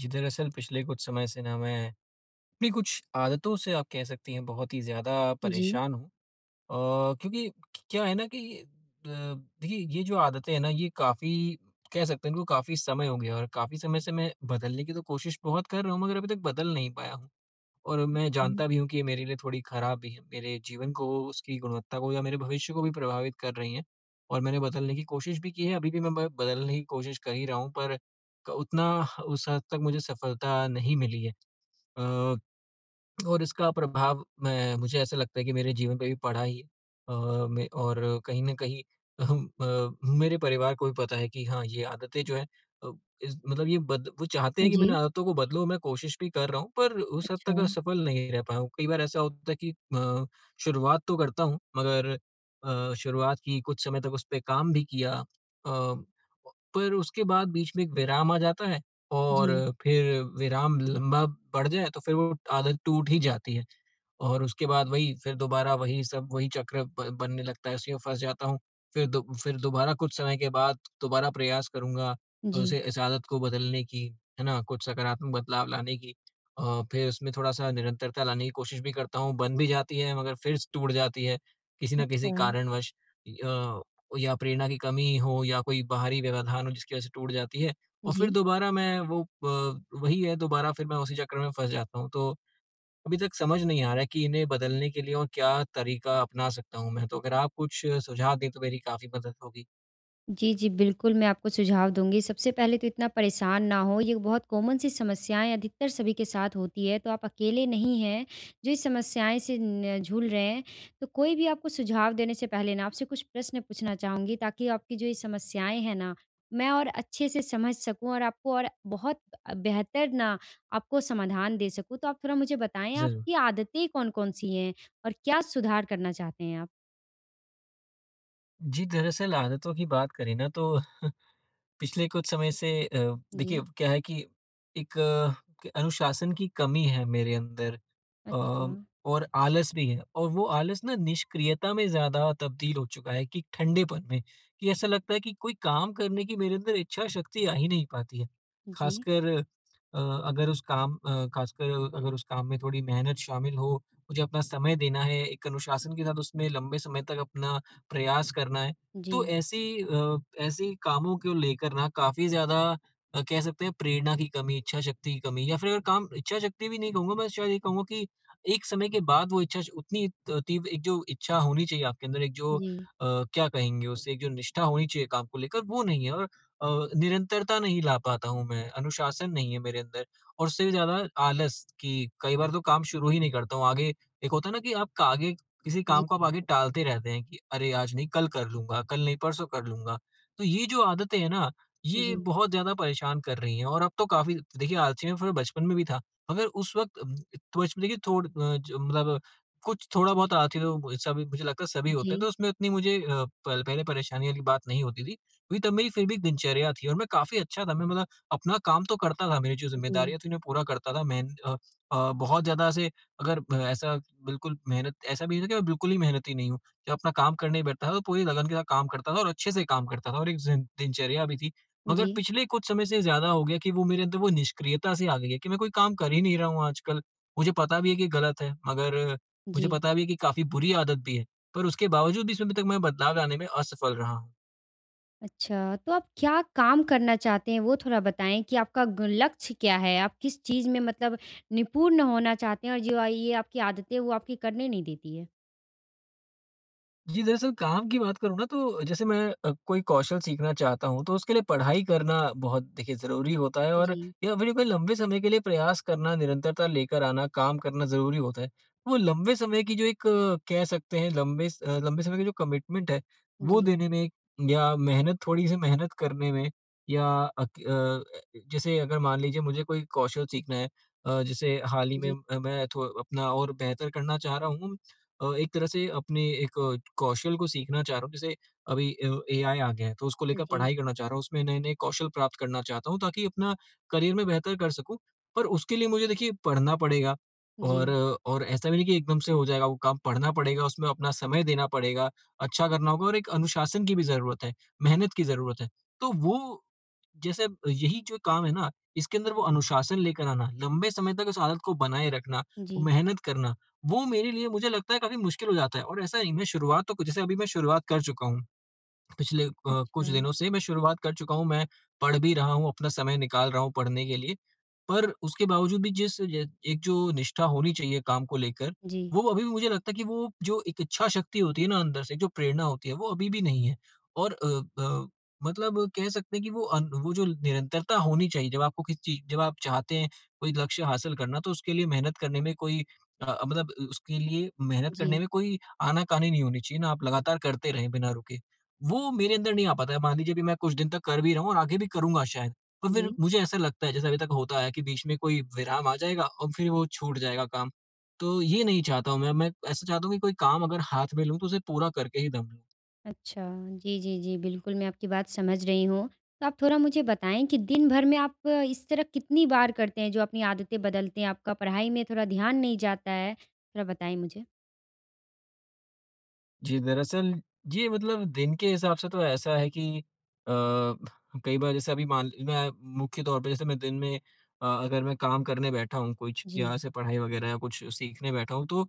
जी, दरअसल पिछले कुछ समय से ना मैं अपनी कुछ आदतों से आप कह सकती हैं बहुत ही ज़्यादा जी। परेशान हूँ। अ, क्योंकि क्या है ना कि देखिए ये जो आदतें हैं ना ये काफ़ी कह सकते हैं इनको काफ़ी समय हो गया और काफ़ी समय से मैं बदलने की तो कोशिश बहुत कर रहा हूँ मगर अभी तक बदल नहीं पाया हूँ। और मैं अच्छा। जानता भी हूँ कि ये मेरे लिए थोड़ी खराब भी है। मेरे जीवन को, उसकी गुणवत्ता को या मेरे भविष्य को भी प्रभावित कर रही हैं और मैंने बदलने की कोशिश भी की है। अभी भी मैं ब बदलने की कोशिश कर ही रहा हूँ पर क उतना उस हद तक मुझे सफलता नहीं मिली है। अ और इसका प्रभाव मैं मुझे ऐसा लगता है कि मेरे जीवन पे भी पड़ा ही है। मैं और कहीं न कहीं मेरे परिवार को भी पता है कि हाँ, ये आदतें जो हैं अ, इस मतलब ये बद वो चाहते हैं कि मैं इन जी। आदतों को बदलूँ, मैं कोशिश भी कर रहा हूँ, पर उस हद अच्छा। तक सफल नहीं रह पाया हूँ। कई बार ऐसा होता है कि शुरुआत तो करता हूँ, मगर शुरुआत की, कुछ समय तक उस पे काम भी किया पर उसके बाद बीच में एक विराम आ जाता है और जी, फिर विराम लंबा पड़ जाए तो फिर वो आदत टूट ही जाती है। और उसके बाद वही फिर दोबारा वही सब वही चक्र ब बनने लगता है, उसी में फँस जाता हूँ। फिर दोबारा कुछ समय के बाद दोबारा प्रयास करूँगा जी। उसे इस आदत को बदलने की, है ना? कुछ सकारात्मक बदलाव लाने की फिर उसमें थोड़ा-सा निरंतरता लाने की कोशिश भी करता हूँ, बन भी जाती है मगर फिर स टूट जाती है, किसी न अच्छा। किसी कारणवश अ, या प्रेरणा की कमी हो या कोई बाहरी व्यवधान हो जिसकी वजह से टूट जाती है और फिर जी। दोबारा मैं वो प वही है दोबारा फिर मैं उसी चक्र में फँस जाता हूँ। तो अभी तक समझ नहीं आ रहा है कि इन्हें बदलने के लिए और क्या तरीका अपना सकता हूँ मैं, तो अगर आप कुछ सुझाव दें तो मेरी काफ़ी मदद होगी। जी, जी। बिल्कुल, मैं आपको सुझाव दूँगी। सबसे पहले तो इतना परेशान ना हों, ये बहुत कॉमन सी समस्याएँ अधिकतर सभी के साथ होती है, तो आप अकेले नहीं हैं जो इस समस्याएँ से न जूझ रहे हैं। तो कोई भी आपको सुझाव देने से पहले ना आपसे कुछ प्रश्न पूछना चाहूँगी ताकि आपकी जो ये समस्याएँ हैं ना, मैं और अच्छे से समझ सकूँ और आपको और बहुत बेहतर ना आपको समाधान दे सकूँ। तो आप थोड़ा मुझे बताएँ ज़रूर। आपकी आदतें कौन-कौन सी हैं और क्या सुधार करना चाहते हैं आप? जी, दरअसल आदतों की बात करें ना तो पिछले कुछ समय से देखिए जी। क्या है कि एक कि अनुशासन की कमी है मेरे अंदर अच्छा। अ, और आलस भी है और वो आलस ना निष्क्रियता में ज़्यादा तब्दील हो चुका है कि ठंडेपन में कि ऐसा लगता है कि कोई काम करने की मेरे अंदर इच्छा शक्ति आ ही नहीं पाती है। जी। ख़ासकर अगर उस काम अ, ख़ासकर अगर उस काम में थोड़ी मेहनत शामिल हो, मुझे अपना समय देना है, एक अनुशासन के साथ उसमें लंबे समय तक अपना प्रयास करना है। तो जी। ऐसी ऐसी कामों को लेकर ना काफ़ी ज़्यादा कह सकते हैं प्रेरणा की कमी, इच्छा शक्ति की कमी या फिर अगर काम इच्छा शक्ति भी नहीं कहूँगा, मैं शायद ये कहूँगा कि एक समय के बाद वो इच्छा श उतनी त तीव्र एक जो इच्छा होनी चाहिए आपके अंदर, एक जो जी। क्या कहेंगे उसे, एक जो निष्ठा होनी चाहिए काम को लेकर, वो नहीं है और निरंतरता नहीं ला पाता हूँ मैं, अनुशासन नहीं है मेरे अंदर और उससे भी ज़्यादा आलस कि कई बार तो काम शुरू ही नहीं करता हूँ। आगे एक होता है ना कि आपका आगे किसी जी, काम को आप आगे टालते रहते हैं कि अरे आज नहीं कल कर लूँगा, कल नहीं परसों कर लूँगा। तो ये जो आदतें हैं ना, ये जी, बहुत ज़्यादा परेशान कर रही हैं और अब तो काफ़ी देखिए आलसी मैं थोड़ा बचपन में भी था, मगर उस वक़्त तो बचपन देखिए ज मतलब कुछ थोड़ा बहुत आलसी तो सभी मुझे लगता है सभी होते हैं, जी, तो उसमें उतनी मुझे पहले परेशानी वाली बात नहीं होती थी। क्योंकि तब मेरी फिर भी एक दिनचर्या थी और मैं काफ़ी अच्छा था, मैं मतलब अपना काम तो करता था, मेरी जो जी, ज़िम्मेदारियाँ थी उन्हें पूरा करता था। मैं बहुत ज़्यादा ऐसे अगर ऐसा बिल्कुल मेहनत ऐसा भी नहीं है कि मैं बिल्कुल ही मेहनती नहीं हूँ। जब अपना काम करने बैठता था तो पूरी लगन के साथ काम करता था और अच्छे से काम करता था और एक जिन दिनचर्या भी थी। मगर जी, पिछले कुछ समय से ज़्यादा हो गया कि वो मेरे अंदर वो निष्क्रियता सी आ गई है कि मैं कोई काम कर ही नहीं रहा हूँ आजकल। मुझे पता भी है कि गलत है, मगर मुझे जी। पता भी है कि काफ़ी बुरी आदत भी है। पर उसके बावजूद भी इसमें अभी तक मैं बदलाव लाने में असफल रहा हूँ। अच्छा, तो आप क्या काम करना चाहते हैं वो थोड़ा बताएँ कि आपका ग लक्ष्य क्या है? आप किस चीज़ में मतलब निपुण होना चाहते हैं और जो ये आपकी आदतें हैं वो आपकी करने नहीं देती है? जी, दरअसल काम की बात करूँ ना तो जैसे मैं कोई कौशल सीखना चाहता हूँ तो उसके लिए पढ़ाई करना बहुत देखिए ज़रूरी होता है और जी, या फिर कोई लंबे समय के लिए प्रयास करना, निरंतरता लेकर आना, काम करना ज़रूरी होता है। वो लंबे समय की जो एक कह सकते हैं लंबे समय की जो कमिटमेंट है, जी, वो देने में या मेहनत थोड़ी-सी मेहनत करने में या अक अ अ, जैसे अगर मान लीजिए मुझे कोई कौशल सीखना है जैसे हाल ही में जी, मैं थो अपना और बेहतर करना चाह रहा हूँ। एक तरह से अपने एक कौशल को सीखना चाह रहा हूँ। जैसे अभी एआई आ गया है तो उसको लेकर जी, पढ़ाई करना चाह रहा हूँ। उसमें नए-नए कौशल प्राप्त करना चाहता हूँ ताकि अपना करियर में बेहतर कर सकूँ। पर उसके लिए मुझे देखिए पढ़ना पड़ेगा जी, और जी। अ, और ऐसा भी नहीं कि एकदम से हो जाएगा वो काम, पढ़ना पड़ेगा, उसमें अपना समय देना पड़ेगा, अच्छा करना होगा और एक अनुशासन की भी ज़रूरत है, मेहनत की ज़रूरत है। तो वो जैसे यही जो काम है ना, इसके अंदर वो अनुशासन लेकर आना, लंबे समय तक उस आदत को बनाए रखना, वो जी मेहनत करना वो मेरे लिए मुझे लगता है काफ़ी मुश्किल हो जाता है और ऐसा नहीं मैं शुरुआत तो जैसे अभी मैं शुरुआत कर चुका हूँ। पिछले कुछ अच्छा, दिनों से मैं शुरुआत कर चुका हूँ, मैं पढ़ भी रहा हूँ, अपना समय निकाल रहा हूँ पढ़ने के लिए। पर उसके बावजूद भी जिस ज एक जो निष्ठा होनी चाहिए काम को लेकर, जी, वो अभी भी मुझे लगता है कि वो जो एक इच्छा शक्ति होती है ना अंदर से, जो प्रेरणा होती है, वो अभी भी नहीं है। और अ, मतलब कह सकते हैं कि वो जो निरंतरता होनी चाहिए, जब आपको किसी चीज़ जब आप चाहते हैं कोई लक्ष्य हासिल करना, तो उसके लिए मेहनत करने में कोई मतलब उसके लिए मेहनत करने जी, में कोई आनाकानी नहीं होनी चाहिए ना, आप लगातार करते रहें बिना रुके। वो मेरे अंदर नहीं आ पाता है। मान लीजिए अभी मैं कुछ दिन तक कर भी रहा हूँ और आगे भी करूँगा शायद, पर फिर जी। मुझे ऐसा लगता है जैसे अभी तक होता है कि बीच में कोई विराम आ जाएगा और फिर वो छूट जाएगा काम। तो ये नहीं चाहता हूँ मैं ऐसा चाहता हूँ कि कोई काम अगर हाथ में लूँ तो उसे पूरा करके ही दम लूँ। अच्छा, जी, जी, जी। बिल्कुल, मैं आपकी बात समझ रही हूँ। तो आप थोड़ा मुझे बताएँ कि दिन भर में आप इस तरह कितनी बार करते हैं, जो अपनी आदतें बदलते हैं? आपका पढ़ाई में थोड़ा ध्यान नहीं जाता है? थोड़ा बताएँ मुझे। जी, दरअसल ये मतलब दिन के हिसाब से तो ऐसा है कि कई बार जैसे अभी मान मैं मुख्य तौर पे जैसे मैं दिन में अगर मैं काम करने बैठा हूँ कुछ या जी, ऐसे पढ़ाई वगैरह या कुछ सीखने बैठा हूँ, तो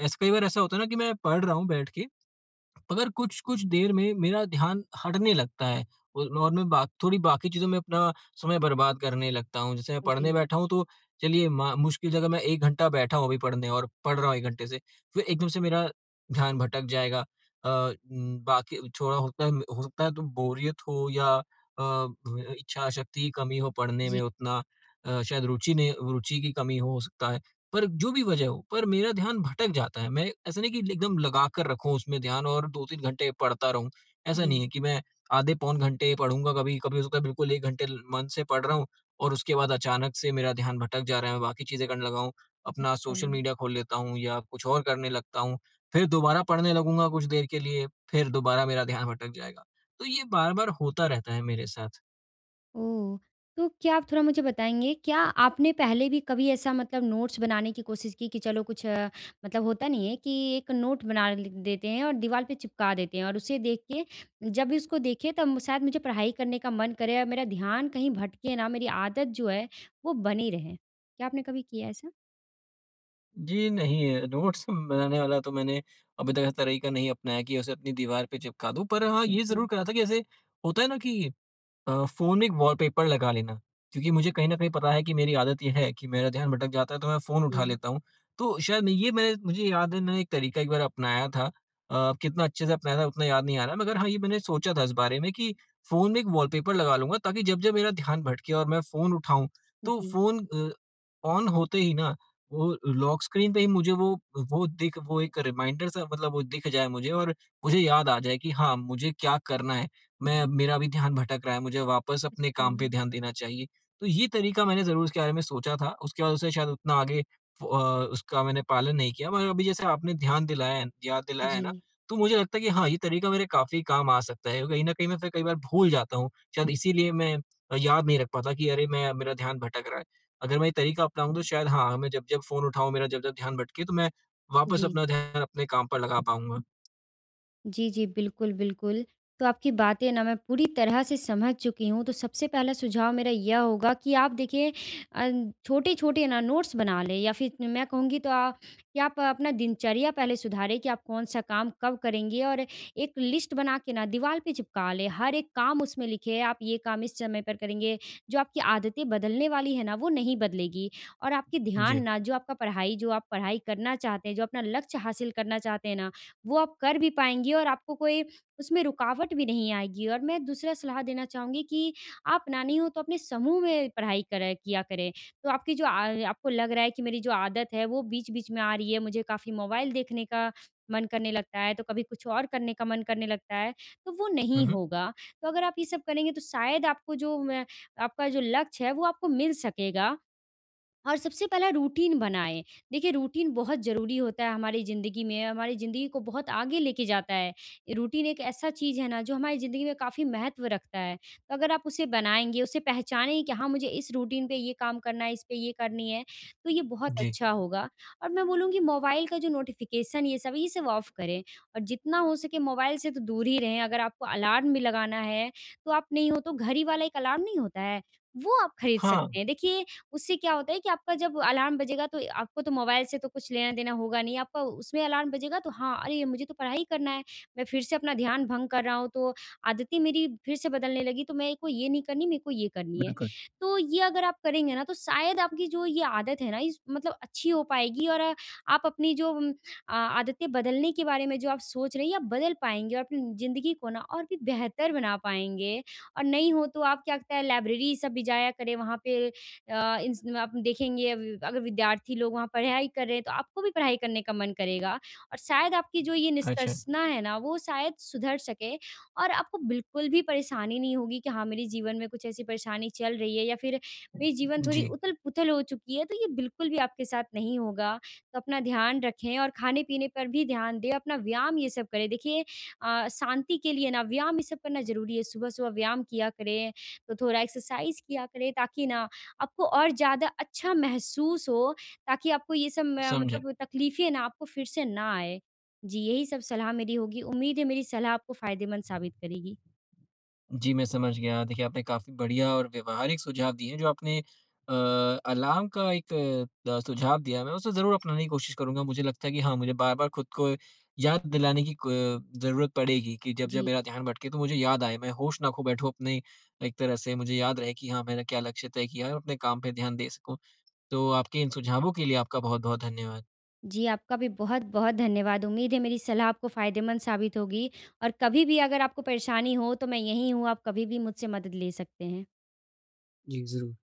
ऐसा कई बार ऐसा होता है ना कि मैं पढ़ रहा हूँ बैठ के मगर कुछ-कुछ देर में मेरा ध्यान हटने लगता है और मैं बा थोड़ी बाकी चीज़ों में अपना समय बर्बाद करने लगता हूँ। जैसे मैं पढ़ने जी, बैठा हूँ तो चलिए मा मुश्किल से अगर मैं 1 घंटा बैठा हूँ अभी पढ़ने और पढ़ रहा हूँ 1 घंटे से, फिर एकदम से मेरा ध्यान भटक जाएगा। अ, बाकी थोड़ा होता है हो सकता है तो बोरियत हो या इच्छा शक्ति की कमी हो पढ़ने जी, में उतना शायद रुचि नहीं रुचि की कमी हो सकता है। पर जो भी वजह हो, पर मेरा ध्यान भटक जाता है। मैं ऐसा नहीं कि एकदम लगा कर रखूँ उसमें ध्यान और 2-3 घंटे पढ़ता रहूँ, ऐसा जी। नहीं है कि मैं आधे पौन घंटे पढ़ूँगा कभी, कभी हो सकता है बिल्कुल 1 घंटे ल मन से पढ़ रहा हूँ और उसके बाद अचानक से मेरा ध्यान भटक जा रहा है, मैं बाकी चीज़ें करने लगा हूँ। अपना अच्छा। सोशल मीडिया खोल लेता हूँ या कुछ और करने लगता हूँ, फिर दोबारा पढ़ने लगूँगा कुछ देर के लिए, फिर दोबारा मेरा ध्यान भटक जाएगा। तो ये बार-बार होता रहता है मेरे साथ। ओह! तो क्या आप थोड़ा मुझे बताएँगे, क्या आपने पहले भी कभी ऐसा मतलब नोट्स बनाने की कोशिश की कि चलो कुछ मतलब होता नहीं है कि एक नोट बना ल देते हैं और दीवार पे चिपका देते हैं और उसे देख के जब भी उसको देखें तब शायद मुझे पढ़ाई करने का मन करे और मेरा ध्यान कहीं भटके ना, मेरी आदत जो है वो बनी रहे। क्या आपने कभी किया ऐसा? जी, नहीं नोट्स बनाने वाला तो मैंने अभी तक इस तरीका नहीं अपनाया कि उसे अपनी दीवार पे चिपका दूँ। पर हाँ, ये जी, ज़रूर करा था कि ऐसे होता है ना कि फ़ोन में एक वॉलपेपर लगा लेना, क्योंकि मुझे कहीं न कहीं पता है कि मेरी आदत ये है कि मेरा ध्यान भटक जाता है तो मैं फ़ोन उठा जी, लेता हूँ। तो शायद मैं मुझे याद है मैंने एक तरीका एक बार अपनाया था। कितना अच्छे से अपनाया था उतना याद नहीं आ रहा मगर हाँ, ये मैंने सोचा था इस बारे में कि फ़ोन में एक वॉलपेपर लगा लूँगा ताकि जब-जब मेरा ध्यान भटके और मैं फ़ोन उठाऊँ तो जी। फ़ोन ऑन होते ही ना वो लॉक स्क्रीन पे ही मुझे वो दिख वो एक रिमाइंडर सा मतलब वो दिख जाए मुझे और मुझे याद आ जाए कि हाँ, मुझे क्या करना है। मैं मेरा भी ध्यान भटक रहा है, मुझे वापस अपने काम चलो। पे ध्यान देना चाहिए। तो ये तरीका मैंने ज़रूर उसके बारे में सोचा था, उसके बाद उसे शायद उतना आगे फ अ, उसका मैंने पालन नहीं किया मगर अभी जैसे आपने ध्यान दिलाया है याद दिलाया है ना, जी, तो मुझे लगता है कि हाँ, ये तरीका मेरे काफ़ी काम आ सकता है। कहीं न कहीं मैं फिर कई बार भूल जाता हूँ, शायद इसीलिए मैं याद नहीं रख पाता कि अरे मैं मेरा ध्यान भटक रहा है। अगर मैं ये तरीका अपनाऊँ तो शायद हाँ, मैं जब-जब फ़ोन उठाऊँ, मेरा जब-जब ध्यान भटके तो मैं वापस जी। अपना ध्यान अपने काम पर लगा पाऊँगा। जी, जी। बिल्कुल, बिल्कुल। तो आपकी बातें ना मैं पूरी तरह से समझ चुकी हूँ। तो सबसे पहला सुझाव मेरा यह होगा कि आप देखिए अ, छोटे-छोटे ना नोट्स बना लें या फिर मैं कहूँगी तो कि आप अपना दिनचर्या पहले सुधारें कि आप कौन-सा काम कब करेंगे और एक लिस्ट बना के ना दीवार पे चिपका लें। हर एक काम उसमें लिखें, आप ये काम इस समय पर करेंगे। जो आपकी आदतें बदलने वाली है ना, वो नहीं बदलेगी और आपकी ध्यान जी। ना जो आपका पढ़ाई जो आप पढ़ाई करना चाहते हैं, जो अपना लक्ष्य हासिल करना चाहते हैं ना, वो आप कर भी पाएँगी और आपको कोई उसमें रुकावट भी नहीं आएगी। और मैं दूसरा सलाह देना चाहूँगी कि आप ना नहीं हो तो अपने समूह में पढ़ाई करा किया करें। तो आपकी जो आ आपको लग रहा है कि मेरी जो आदत है वो बीच-बीच में आ रही है, मुझे काफ़ी मोबाइल देखने का मन करने लगता है, तो कभी कुछ और करने का मन करने लगता है, तो वो हुँ, नहीं हुँ। होगा। तो अगर आप ये सब करेंगे तो शायद आपको जो मैं आपका जो लक्ष्य है वो आपको मिल सकेगा और सबसे पहला रूटीन बनाएँ। देखिए रूटीन बहुत ज़रूरी होता है हमारी ज़िंदगी में, हमारी ज़िंदगी को बहुत आगे लेके जाता है। रूटीन एक ऐसा चीज़ है ना जो हमारी ज़िंदगी में काफ़ी महत्व रखता है। तो अगर आप उसे बनाएँगे, उसे पहचानेंगे कि हाँ, मुझे इस रूटीन पे ये काम करना है, इस पे ये करनी है, तो ये बहुत जी। अच्छा होगा। और मैं बोलूँगी मोबाइल का जो नोटिफ़िकेशन ये सब ऑफ करें और जितना हो सके मोबाइल से तो दूर ही रहें। अगर आपको अलार्म भी लगाना है, तो आप नहीं हो तो घर ही वाला एक अलार्म नहीं होता है, वो आप खरीद हाँ, सकते हैं। देखिए उससे क्या होता है कि आपका जब अलार्म बजेगा तो आपको तो मोबाइल से तो कुछ लेना-देना होगा नहीं, आपका उसमें अलार्म बजेगा तो हाँ, अरे! मुझे तो पढ़ाई करना है, मैं फिर से अपना ध्यान भंग कर रहा हूँ, तो आदतें मेरी फिर से बदलने लगी, तो मेरे को ये नहीं करनी, मेरे को ये करनी है। बिल्कुल। तो ये अगर आप करेंगे ना, तो शायद आपकी जो ये आदत है ना, इस मतलब अच्छी हो पाएगी और आप अपनी जो आदतें बदलने के बारे में जो आप सोच रहे हैं, ये आप बदल पाएँगे और अपनी ज़िंदगी को ना और भी बेहतर बना पाएँगे। और नहीं हो तो आप क्या लगता है लाइब्रेरी सब भी जाया करें, वहाँ पे इंस आप देखेंगे अभी अगर विद्यार्थी लोग वहाँ पढ़ाई कर रहे हैं, तो आपको भी पढ़ाई करने का मन करेगा और शायद आपकी जो ये अच्छा। निष्कर्षणा है ना, वो शायद सुधर सके और आपको बिल्कुल भी परेशानी नहीं होगी कि हाँ, मेरे जीवन में कुछ ऐसी परेशानी चल रही है या फिर मेरी जीवन थोड़ी जी, उथल-पुथल हो चुकी है, तो ये बिल्कुल भी आपके साथ नहीं होगा। तो अपना ध्यान रखें और खाने-पीने पर भी ध्यान दें, अपना व्यायाम ये सब करें। देखिए शांति के लिए ना व्यायाम ये सब करना ज़रूरी है। सुबह-सुबह व्यायाम किया करें, तो थोड़ा एक्सरसाइज़ किया करें ताकि ना आपको और ज़्यादा अच्छा महसूस हो ताकि आपको ये सब म समझा। मतलब तकलीफ़ें ना आपको फिर से ना आए। जी, यही सब सलाह मेरी होगी। उम्मीद है मेरी सलाह आपको फ़ायदेमंद साबित करेगी। जी, मैं समझ गया। देखिए, आपने काफ़ी बढ़िया और व्यावहारिक सुझाव दिए हैं, जो आपने अ, अलार्म का एक सुझाव दिया है, मैं उसे ज़रूर अपनाने की कोशिश करूँगा। मुझे लगता है कि हाँ, मुझे बार-बार खुद को याद दिलाने की क ज़रूरत पड़ेगी कि जब-जब जी। मेरा ध्यान भटके, तो मुझे याद आए, मैं होश ना खो बैठूँ अपने एक तरह से। मुझे याद रहे कि हाँ, मैंने क्या लक्ष्य तय किया है और अपने काम पे ध्यान दे सकूँ। तो आपके इन सुझावों के लिए आपका बहुत-बहुत धन्यवाद। जी, आपका भी बहुत-बहुत धन्यवाद। उम्मीद है मेरी सलाह आपको फ़ायदेमंद साबित होगी और कभी भी अगर आपको परेशानी हो तो मैं यहीं हूँ, आप कभी भी मुझसे मदद ले सकते हैं। जी, ज़रूर।